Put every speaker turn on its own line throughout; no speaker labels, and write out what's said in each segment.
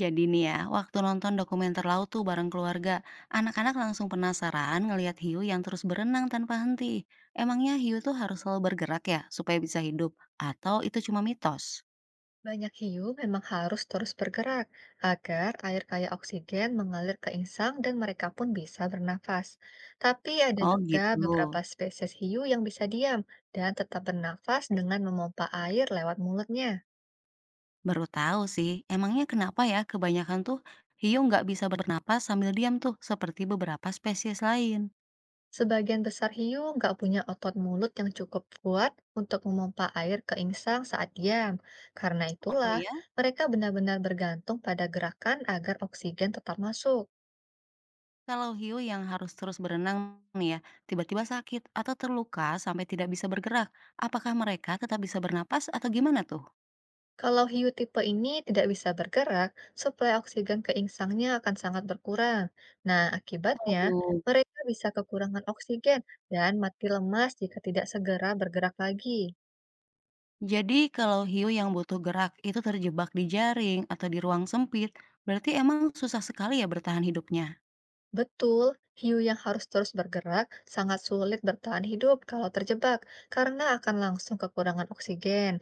Jadi nih ya, waktu nonton dokumenter laut tuh bareng keluarga, anak-anak langsung penasaran ngelihat hiu yang terus berenang tanpa henti. Emangnya hiu tuh harus selalu bergerak ya supaya bisa hidup? Atau itu cuma mitos?
Banyak hiu memang harus terus bergerak agar air kaya oksigen mengalir ke insang dan mereka pun bisa bernafas. Tapi ada
Oh
juga
gitu,
beberapa spesies hiu yang bisa diam dan tetap bernafas dengan memompa air lewat mulutnya.
baru tahu sih. Emangnya kenapa ya kebanyakan tuh hiu nggak bisa bernapas sambil diam tuh seperti beberapa spesies lain?
Sebagian besar hiu nggak punya otot mulut yang cukup kuat untuk memompa air ke insang saat diam. Karena
Oh
itulah,
ya,
mereka benar-benar bergantung pada gerakan agar oksigen tetap masuk.
kalau hiu yang harus terus berenang nih ya, tiba-tiba sakit atau terluka sampai tidak bisa bergerak, apakah mereka tetap bisa bernapas atau gimana tuh?
Kalau hiu tipe ini tidak bisa bergerak, suplai oksigen ke insangnya akan sangat berkurang. Nah, akibatnya
Waduh,
mereka bisa kekurangan oksigen dan mati lemas jika tidak segera bergerak lagi.
jadi kalau hiu yang butuh gerak itu terjebak di jaring atau di ruang sempit, berarti emang susah sekali ya bertahan hidupnya,
Betul, hiu yang harus terus bergerak sangat sulit bertahan hidup kalau terjebak karena akan langsung kekurangan oksigen.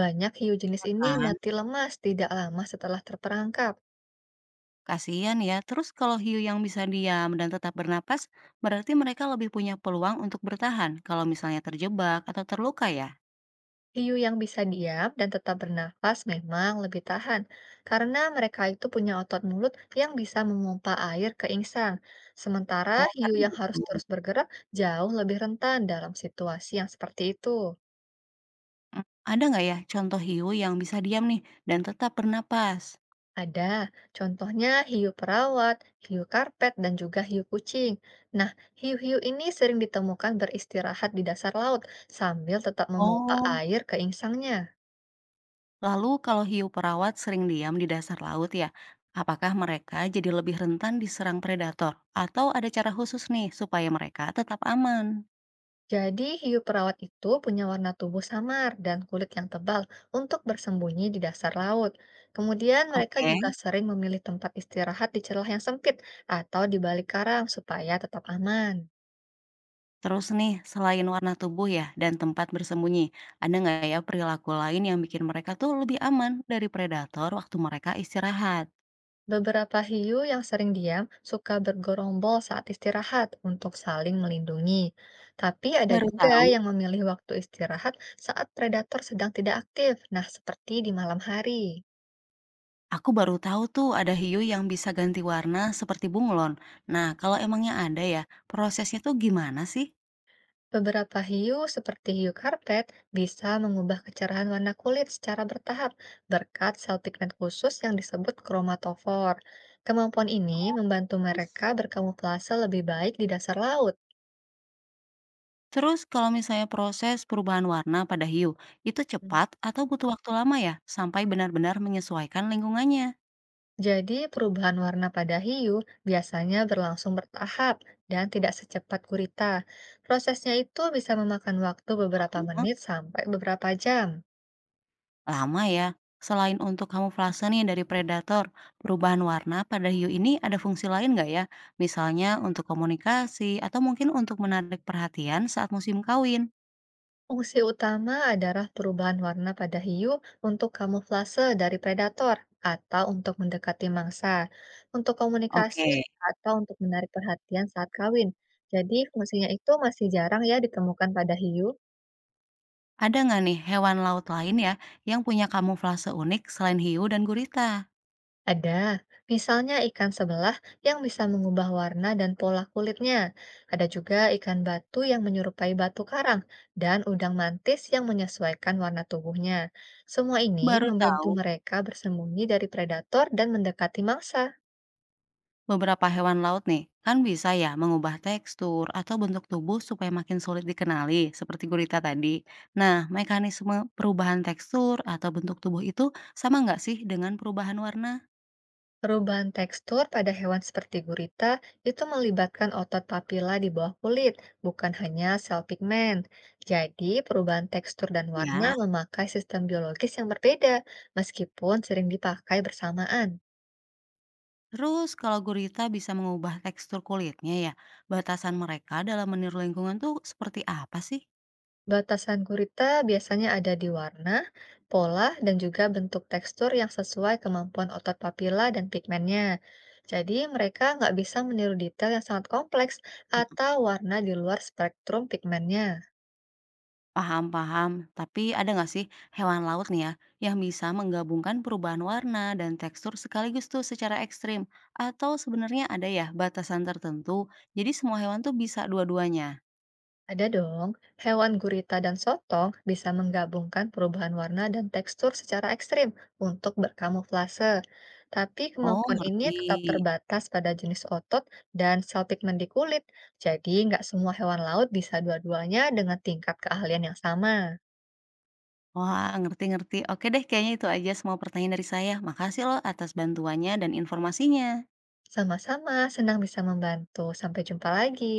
Banyak hiu jenis ini
kan?
mati lemas tidak lama setelah terperangkap.
Kasihan ya. Terus kalau hiu yang bisa diam dan tetap bernapas, berarti mereka lebih punya peluang untuk bertahan kalau misalnya terjebak atau terluka ya.
Hiu yang bisa diam dan tetap bernafas memang lebih tahan, karena mereka itu punya otot mulut yang bisa memompa air ke insang. Sementara
Oh,
hiu
karena
yang harus
gitu.
terus bergerak jauh lebih rentan dalam situasi yang seperti itu.
Mm, ada nggak ya contoh hiu yang bisa diam nih dan tetap bernapas?
Ada, contohnya hiu perawat, hiu karpet, dan juga hiu kucing. Nah, hiu-hiu ini sering ditemukan beristirahat di dasar laut sambil tetap memompa
Oh,
air ke insangnya.
lalu kalau hiu perawat sering diam di dasar laut ya, apakah mereka jadi lebih rentan diserang predator? Atau ada cara khusus nih supaya mereka tetap aman?
Jadi, hiu perawat itu punya warna tubuh samar dan kulit yang tebal untuk bersembunyi di dasar laut. Kemudian, mereka
Oke,
juga sering memilih tempat istirahat di celah yang sempit atau di balik karang supaya tetap aman.
terus nih, selain warna tubuh ya dan tempat bersembunyi, ada nggak ya perilaku lain yang bikin mereka tuh lebih aman dari predator waktu mereka istirahat?
Beberapa hiu yang sering diam suka bergerombol saat istirahat untuk saling melindungi. Tapi ada
Baru
juga
tahu.
yang memilih waktu istirahat saat predator sedang tidak aktif, nah seperti di malam hari.
Aku baru tahu tuh ada hiu yang bisa ganti warna seperti bunglon. Nah, kalau emangnya ada ya, prosesnya tuh gimana
Beberapa hiu seperti hiu karpet bisa mengubah kecerahan warna kulit secara bertahap berkat sel pigmen khusus yang disebut kromatofor. Kemampuan ini membantu mereka
sih?
berkamuflase lebih baik di dasar laut.
Terus kalau misalnya proses perubahan warna pada hiu, itu
Hmm.
cepat atau butuh waktu lama ya sampai benar-benar menyesuaikan lingkungannya?
Jadi, perubahan warna pada hiu biasanya berlangsung bertahap dan tidak secepat gurita. Prosesnya itu bisa memakan waktu beberapa
Hmm,
menit sampai beberapa jam.
lama ya. Selain untuk kamuflase nih dari predator, perubahan warna pada hiu ini ada fungsi lain nggak ya? Misalnya untuk komunikasi atau mungkin untuk menarik perhatian saat musim kawin.
Fungsi utama adalah perubahan warna pada hiu untuk kamuflase dari predator atau untuk mendekati mangsa, untuk
Oke,
komunikasi atau untuk menarik perhatian saat kawin. Jadi fungsinya itu masih jarang ya ditemukan pada hiu.
ada nggak nih hewan laut lain ya yang punya kamuflase unik selain hiu dan gurita?
Ada, misalnya ikan sebelah yang bisa mengubah warna dan pola kulitnya. Ada juga ikan batu yang menyerupai batu karang dan udang mantis yang menyesuaikan warna tubuhnya. Semua ini
Baru
membantu
tahu.
mereka bersembunyi dari predator dan mendekati mangsa.
Beberapa hewan laut nih, kan bisa ya mengubah tekstur atau bentuk tubuh supaya makin sulit dikenali, seperti gurita tadi. Nah, mekanisme perubahan tekstur atau bentuk tubuh itu sama nggak sih dengan perubahan warna?
Perubahan tekstur pada hewan seperti gurita itu melibatkan otot papila di bawah kulit, bukan hanya sel pigmen. Jadi, perubahan tekstur dan warna
Ya.
memakai sistem biologis yang berbeda, meskipun sering dipakai bersamaan.
Terus kalau gurita bisa mengubah tekstur kulitnya ya, batasan mereka dalam meniru lingkungan tuh seperti apa sih?
Batasan gurita biasanya ada di warna, pola, dan juga bentuk tekstur yang sesuai kemampuan otot papila dan pigmennya. Jadi, mereka nggak bisa meniru detail yang sangat kompleks atau warna di luar spektrum pigmennya.
Paham, paham. Tapi ada nggak sih hewan laut nih ya yang bisa menggabungkan perubahan warna dan tekstur sekaligus tuh secara ekstrim? Atau sebenarnya ada ya batasan tertentu? Jadi semua hewan tuh bisa dua-duanya.
Ada dong, hewan gurita dan sotong bisa menggabungkan perubahan warna dan tekstur secara ekstrim untuk berkamuflase. Tapi
Oh,
kemampuan ini
ngerti.
tetap terbatas pada jenis otot dan sel pigmen di kulit. Jadi nggak semua hewan laut bisa dua-duanya dengan tingkat keahlian yang sama.
Wah, ngerti-ngerti. Oke deh, kayaknya itu aja semua pertanyaan dari saya. Makasih loh atas bantuannya dan informasinya.
Sama-sama, senang bisa membantu. Sampai jumpa lagi.